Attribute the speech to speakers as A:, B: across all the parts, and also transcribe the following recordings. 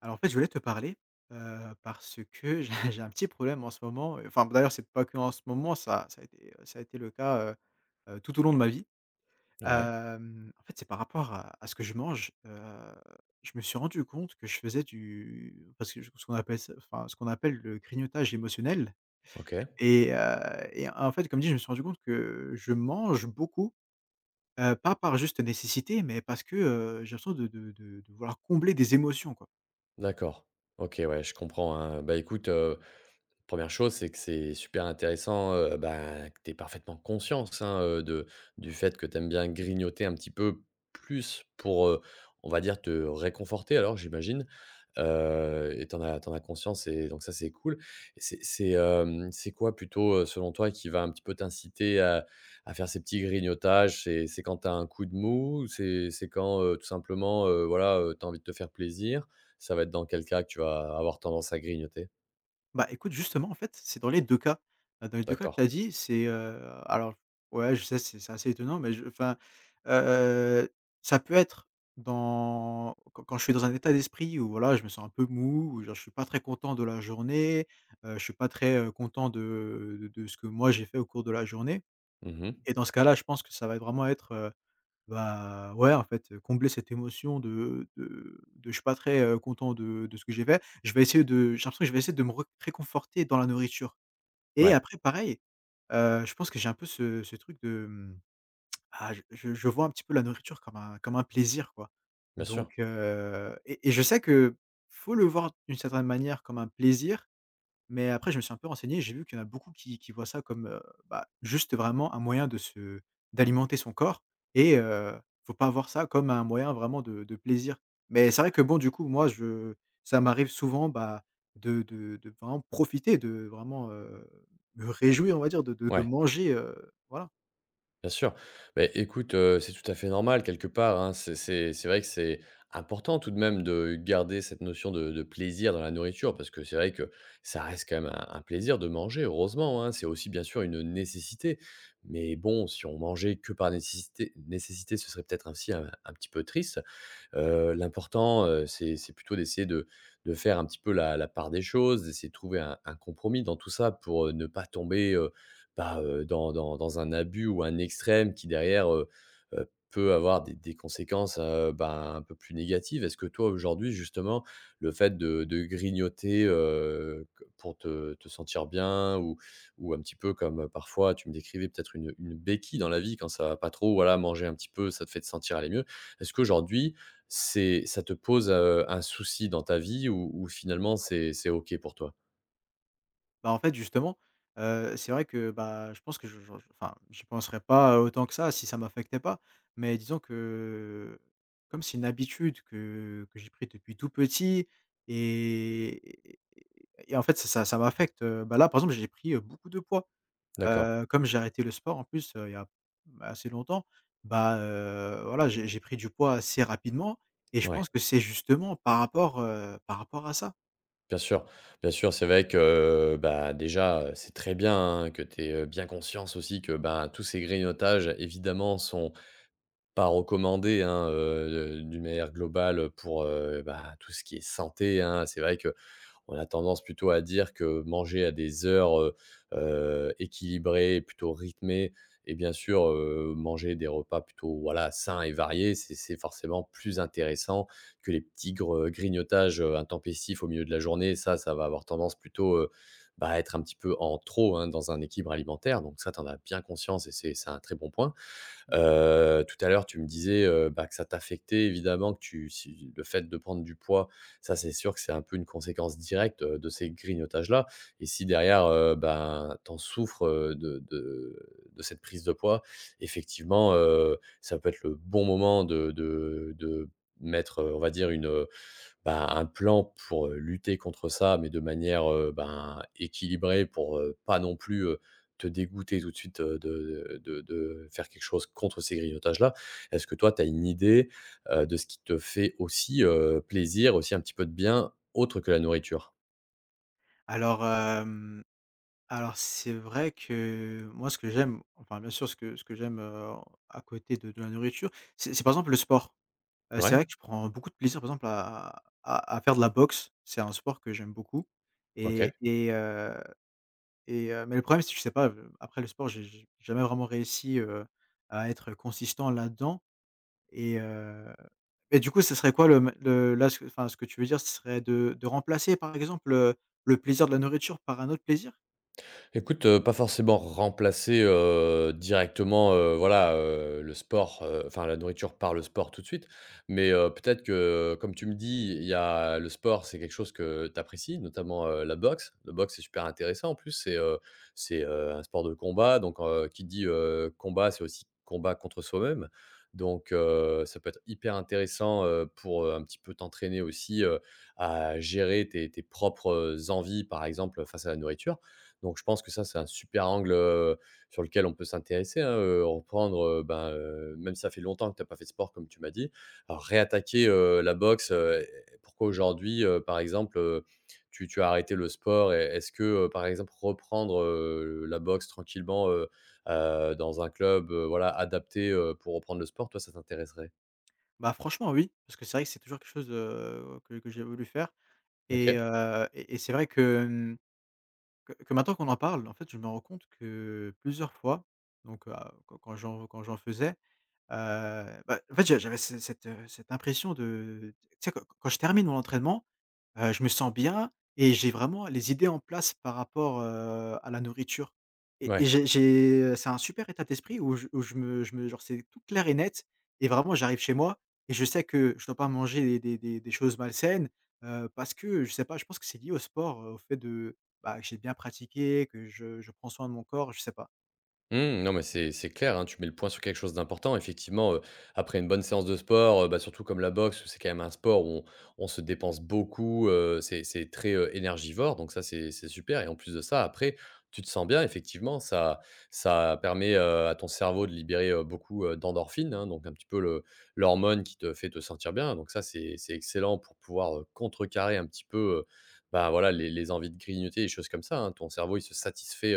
A: Alors en fait, je voulais te parler, parce que j'ai un petit problème en ce moment, enfin d'ailleurs c'est pas que en ce moment, ça a été le cas, tout au long de ma vie.
B: Ouais,
A: En fait, c'est par rapport à ce que je mange, je me suis rendu compte que je faisais du parce que ce qu'on appelle ça enfin ce qu'on appelle le grignotage émotionnel
B: OK.
A: et heu et en fait, comme dit, je me suis rendu compte que je mange beaucoup, pas par juste nécessité, mais parce que, j'ai l'impression de vouloir combler des émotions, quoi.
B: D'accord. OK, ouais, je comprends, hein. Bah, écoute, première chose, c'est que c'est super intéressant, bah, que tu aies parfaitement conscience, hein, de du fait que tu aimes bien grignoter un petit peu plus pour, on va dire te réconforter alors j'imagine, et tu en as t'en as conscience et donc ça c'est cool. Et c'est c'est quoi plutôt, selon toi qui va un petit peu t'inciter à faire ces petits grignotages? C'est quand tu as un coup de mou? C'est quand, tout simplement, voilà, tu as envie de te faire plaisir? Ça va être dans quel cas que tu vas avoir tendance à grignoter?
A: Bah, écoute, justement, en fait, c'est dans les 2 cas. Dans les deux cas que
B: D'accord.
A: tu as dit, c'est, alors ouais, je sais, c'est assez étonnant, mais je enfin, heu, ça peut être dans quand je suis dans un état d'esprit où voilà, je me sens un peu mou, ou genre je suis pas très content de la journée, je suis pas très, content de ce que moi j'ai fait au cours de la journée
B: Mmh.
A: et dans ce cas-là, je pense que ça va vraiment être, bah, ouais, en fait, combler cette émotion de je suis pas très, content de ce que j'ai fait. Je vais essayer de j'ai l'impression que je vais essayer de me re réconforter dans la nourriture et
B: Ouais,
A: après pareil, je pense que j'ai un peu ce truc de, mmh, ah, je vois un petit peu la nourriture comme un plaisir, quoi.
B: bien sûr.
A: Donc et je sais que faut le voir d'une certaine manière comme un plaisir mais après, je me suis un peu renseigné, j'ai vu qu'il y en a beaucoup qui voient ça comme, bah, juste vraiment un moyen de se d'alimenter son corps et heu, faut pas voir ça comme un moyen vraiment de plaisir. Mais c'est vrai que bon, du coup, moi, je ça m'arrive souvent, bah, de vraiment profiter, de vraiment, me réjouir, on va dire, de
B: Ouais,
A: manger, voilà.
B: bien sûr. Beh, écoute, c'est tout à fait normal quelque part, hein. C'est vrai que c'est important tout de même de garder cette notion de plaisir dans la nourriture parce que c'est vrai que ça reste quand même un plaisir de manger, heureusement, hein. C'est aussi bien sûr une nécessité, mais bon, si on mangeait que par nécessité, ce serait peut-être ainsi un petit peu triste. L'important, c'est plutôt d'essayer de faire un petit peu la la part des choses, d'essayer de trouver un compromis dans tout ça pour, ne pas tomber, bah, dans dans un abus ou un extrême qui derrière, peut avoir des conséquences, ben, un peu plus négatives. Est-ce que toi aujourd'hui justement, le fait de grignoter, pour te te sentir bien ou un petit peu comme, parfois tu me décrivais peut-être une béquille dans la vie quand ça va pas trop, voilà, manger un petit peu, ça te fait te sentir aller mieux. Est-ce qu'aujourd'hui, c'est ça te pose, un souci dans ta vie ou finalement c'est OK pour toi?
A: Bah, en fait, justement, c'est vrai que, bah, je pense que je enfin, j'y penserais pas autant que ça si ça m'affectait pas. Mais disons que, comme c'est une habitude que j'ai pris depuis tout petit et et en fait, ça m'affecte, bah, là, par exemple, j'ai pris, beaucoup de poids.
B: D'accord,
A: Comme j'ai arrêté le sport en plus, il y a assez longtemps, bah, voilà, j'ai pris du poids assez rapidement et je
B: ouais,
A: pense que c'est justement par rapport à ça.
B: bien sûr, bien sûr, c'est vrai que, bah, déjà, c'est très bien, hein, que tu aies, bien conscience aussi que, ben, tous ces grignotages évidemment sont pas recommandés, hein, d'une manière globale, pour, bah, tout ce qui est santé, hein. C'est vrai que on a tendance plutôt à dire que manger à des heures, équilibrées, plutôt rythmées et bien sûr, manger des repas plutôt, voilà, sains et variés, c'est forcément plus intéressant que les petits gre grignotages, intempestifs au milieu de la journée. Ça va avoir tendance plutôt, bah, à être un petit peu en trop, hein, dans un équilibre alimentaire. Donc ça, tu en as bien conscience et c'est un très bon point. Tout à l'heure, tu me disais, bah, que ça t'affectait évidemment, que tu si le fait de prendre du poids, ça, c'est sûr que c'est un peu une conséquence directe, de ces grignotages-là et si derrière, ben, t'en souffres, de de cette prise de poids, effectivement, ça peut être le bon moment de de mettre, on va dire une, bah, un plan pour, lutter contre ça, mais de manière, ben, équilibrée pour, pas non plus, te dégoûter tout de suite, de de faire quelque chose contre ces grignotages-là. Est-ce que toi, tu as une idée, de ce qui te fait aussi, plaisir, aussi un petit peu de bien, autre que la nourriture?
A: Alors, hem alors c'est vrai que moi ce que j'aime, enfin bien sûr ce que j'aime, à côté de la nourriture, c'est par exemple le sport. C'est
B: Ouais,
A: vrai que je prends beaucoup de plaisir par exemple à faire de la boxe. C'est un sport que j'aime beaucoup
B: OK.
A: et et heu mais le problème c'est que je sais pas, après le sport j'ai jamais vraiment réussi, à être consistant là-dedans et heu et du coup ce serait quoi le m le là ce que enfin ce que tu veux dire, ce serait de remplacer par exemple, le plaisir de la nourriture par un autre plaisir?
B: Écoute, pas forcément remplacer, directement, voilà, le sport, enfin la nourriture par le sport tout de suite. Mais, peut-être que, comme tu me dis, il y a le sport, c'est quelque chose que tu apprécies, notamment, la boxe. La boxe, c'est super intéressant en plus, c'est, un sport de combat donc, qui dit, combat, c'est aussi combat contre soi-même. Donc, ça peut être hyper intéressant, pour, un petit peu t'entraîner aussi, à gérer tes propres envies, par exemple, face à la nourriture. Donc je pense que ça, c'est un super angle, sur lequel on peut s'intéresser, hein, reprendre, ben, même si ça fait longtemps que tu as pas fait de sport comme tu m'as dit, alors réattaquer, la boxe, pourquoi aujourd'hui, par exemple, tu as arrêté le sport et est-ce que, par exemple, reprendre, la boxe tranquillement, dans un club, voilà adapté, pour reprendre le sport, toi, ça t'intéresserait?
A: Bah, franchement oui, parce que c'est vrai que c'est toujours quelque chose, que j'ai voulu faire
B: OK,
A: et c'est vrai que, que maintenant qu'on en parle, en fait, je me rends compte que plusieurs fois, donc quand quand j'en faisais, heu, bah, en fait, j'avais ce cette, cette impression de tu sais, quand je termine mon entraînement, je me sens bien et j'ai vraiment les idées en place par rapport, à la nourriture et
B: ouais.
A: c'est un super état d'esprit où je où je me genre, c'est tout clair et net et vraiment j'arrive chez moi et je sais que je dois pas manger des choses malsaines, parce que je sais pas, je pense que c'est lié au sport, au fait de bah, que j'ai bien pratiqué, que je prends soin de mon corps, je sais pas.
B: Mmh, non, mais c'est clair, hein, tu mets le point sur quelque chose d'important. Effectivement, après une bonne séance de sport, bah, surtout comme la boxe, c'est quand même un sport où on se dépense beaucoup, c'est très, énergivore, donc ça, c'est super et en plus de ça, après, tu te sens bien effectivement, ça permet, à ton cerveau de libérer, beaucoup, d'endorphines, hein, donc un petit peu le l'hormone qui te fait te sentir bien, donc ça, c'est excellent pour pouvoir, contrecarrer un petit peu, bah, voilà, les envies de grignoter, des choses comme ça, hein. Ton cerveau, il se satisfait,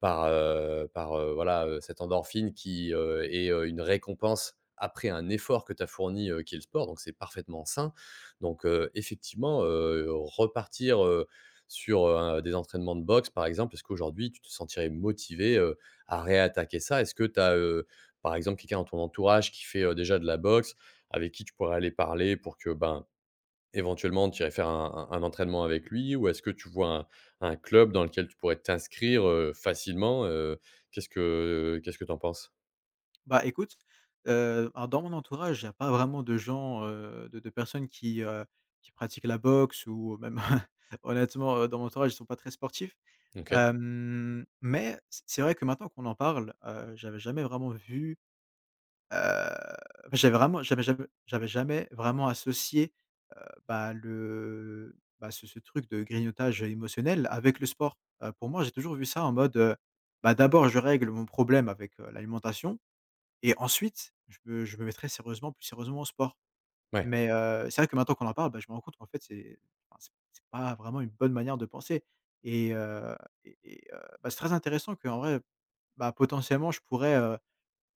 B: par, voilà, cette endorphine qui, est, une récompense après un effort que tu as fourni, qui est le sport, donc c'est parfaitement sain. Donc, effectivement, repartir, sur, des entraînements de boxe, par exemple, est-ce qu'aujourd'hui tu te sentirais motivé, à réattaquer ça? Est-ce que tu as, par exemple, quelqu'un dans ton entourage qui fait, déjà de la boxe, avec qui tu pourrais aller parler pour que, ben, éventuellement, tu irais faire un entraînement avec lui ou est-ce que tu vois un club dans lequel tu pourrais t'inscrire, facilement, Qu'est-ce que t'en penses?
A: Bah, écoute, alors dans mon entourage, il y a pas vraiment de gens, de personnes qui pratiquent la boxe ou même honnêtement, dans mon entourage, ils sont pas très sportifs.
B: OK.
A: Mais c'est vrai que maintenant qu'on en parle, j'avais jamais vraiment vu, heu, j'avais vraiment j'avais jamais vraiment associé bah, ce truc de grignotage émotionnel avec le sport. Pour moi, j'ai toujours vu ça en mode, bah, d'abord je règle mon problème avec, l'alimentation et ensuite je me mettrai sérieusement plus sérieusement au sport.
B: Ouais.
A: Mais, c'est vrai que maintenant qu'on en parle, bah, je me rends compte qu'en fait c'est enfin c'est pas vraiment une bonne manière de penser et heu bah, c'est très intéressant qu'en vrai, bah, potentiellement je pourrais,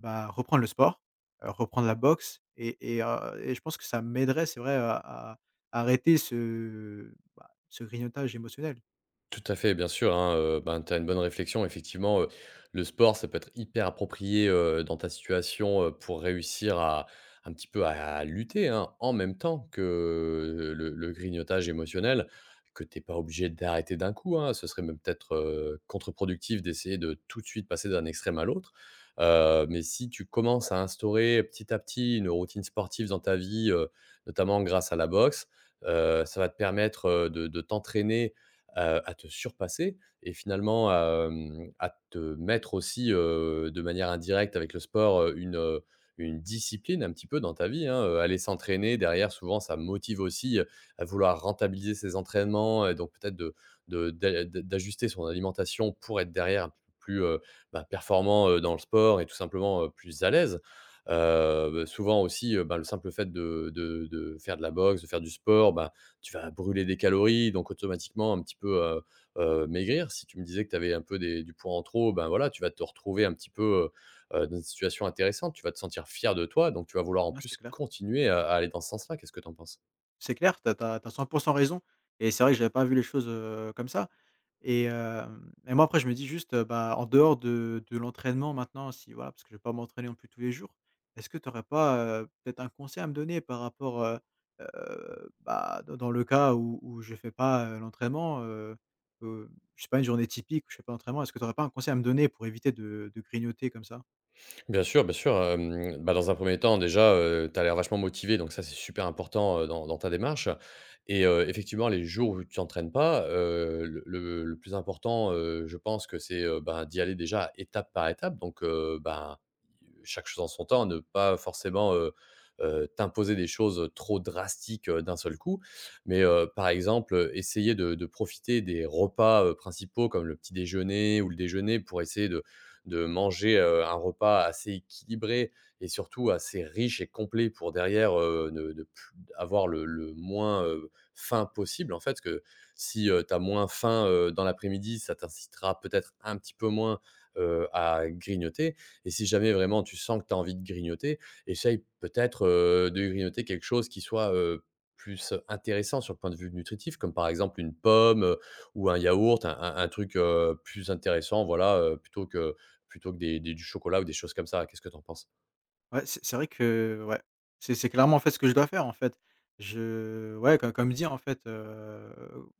A: bah, reprendre le sport, reprendre la boxe et je pense que ça m'aiderait, c'est vrai, à à arrêter ce, bah, ce grignotage émotionnel.
B: Tout à fait, bien sûr, hein, ben, tu as une bonne réflexion. Effectivement, le sport, ça peut être hyper approprié, dans ta situation, pour réussir à un petit peu à lutter, hein, en même temps que le grignotage émotionnel, que tu es pas obligé d'arrêter d'un coup, hein. Ce serait même peut-être, contre-productif d'essayer de tout de suite passer d'un extrême à l'autre. Mais si tu commences à instaurer petit à petit une routine sportive dans ta vie, notamment grâce à la boxe, ça va te permettre, de t'entraîner à te surpasser et finalement, à te mettre aussi, de manière indirecte avec le sport, une discipline un petit peu dans ta vie, hein, aller s'entraîner derrière souvent ça motive aussi, à vouloir rentabiliser ses entraînements et donc peut-être de d'ajuster son alimentation pour être derrière un petit peu plus, bah, performant, dans le sport et tout simplement, plus à l'aise. Souvent aussi, ben, le simple fait de de faire de la boxe, de faire du sport, ben, tu vas brûler des calories, donc automatiquement un petit peu maigrir. Si tu me disais que tu avais un peu des du poids en trop, ben, voilà, tu vas te retrouver un petit peu, dans une situation intéressante. Tu vas te sentir fier de toi, donc tu vas vouloir en
A: Ouais, c'est
B: plus
A: clair.
B: continuer à aller dans ce sens-là. Qu'est-ce que tu en penses?
A: C'est clair, tu as tu as 100% raison et c'est vrai que j'avais pas vu les choses, comme ça et hem et moi, après, je me dis juste, bah, en dehors de l'entraînement maintenant, si voilà, parce que je vais pas m'entraîner non plus tous les jours, est-ce que tu aurais pas, peut-être un conseil à me donner par rapport, bah, dans le cas où où je fais pas, l'entraînement, heu, je sais pas, une journée typique où je fais pas l'entraînement, est-ce que tu aurais pas un conseil à me donner pour éviter de grignoter comme ça?
B: Bien sûr, bien sûr. Bah, dans un premier temps déjà, tu as l'air vachement motivé donc ça, c'est super important, dans dans ta démarche et effectivement les jours où tu t'entraînes pas, le le plus important, je pense que c'est, ben, d'y aller déjà étape par étape donc ben, chaque chose en son temps, ne pas forcément, t'imposer des choses trop drastiques, d'un seul coup. Mais par exemple, essayer de profiter des repas, principaux comme le petit déjeuner ou le déjeuner pour essayer de manger, un repas assez équilibré et surtout assez riche et complet pour derrière, ne ne plus avoir le moins, faim possible, en fait. Parce que si, tu as moins faim, dans l'après-midi, ça t'incitera peut-être un petit peu moins, à grignoter et si jamais vraiment tu sens que tu as envie de grignoter, essaye peut-être, de grignoter quelque chose qui soit, plus intéressant sur le point de vue nutritif, comme par exemple une pomme, ou un yaourt, un truc, plus intéressant, voilà, plutôt que des du chocolat ou des choses comme ça. Qu'est-ce que tu en penses?
A: Ouais, c'est vrai que ouais, c'est clairement, en fait, ce que je dois faire, en fait. Je ouais, comme comme dit, en fait,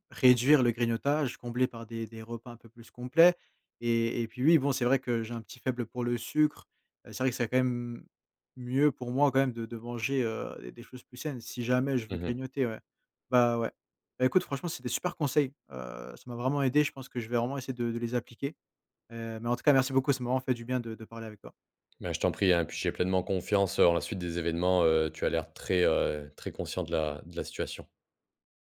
A: réduire le grignotage, combler par des repas un peu plus complets et puis oui, bon, c'est vrai que j'ai un petit faible pour le sucre. C'est vrai que c'est quand même mieux pour moi, quand même, de manger, des choses plus saines si jamais je veux
B: Mmh mh.
A: grignoter, ouais. Bah, ouais. Bah, écoute, franchement, c'est des super conseils. Ça m'a vraiment aidé. Je pense que je vais vraiment essayer de les appliquer. Mais en tout cas, merci beaucoup, ce moment fait du bien de parler avec toi.
B: Bah, je t'en prie, hein, puis j'ai pleinement confiance, en la suite des événements, tu as l'air très, très conscient de la situation.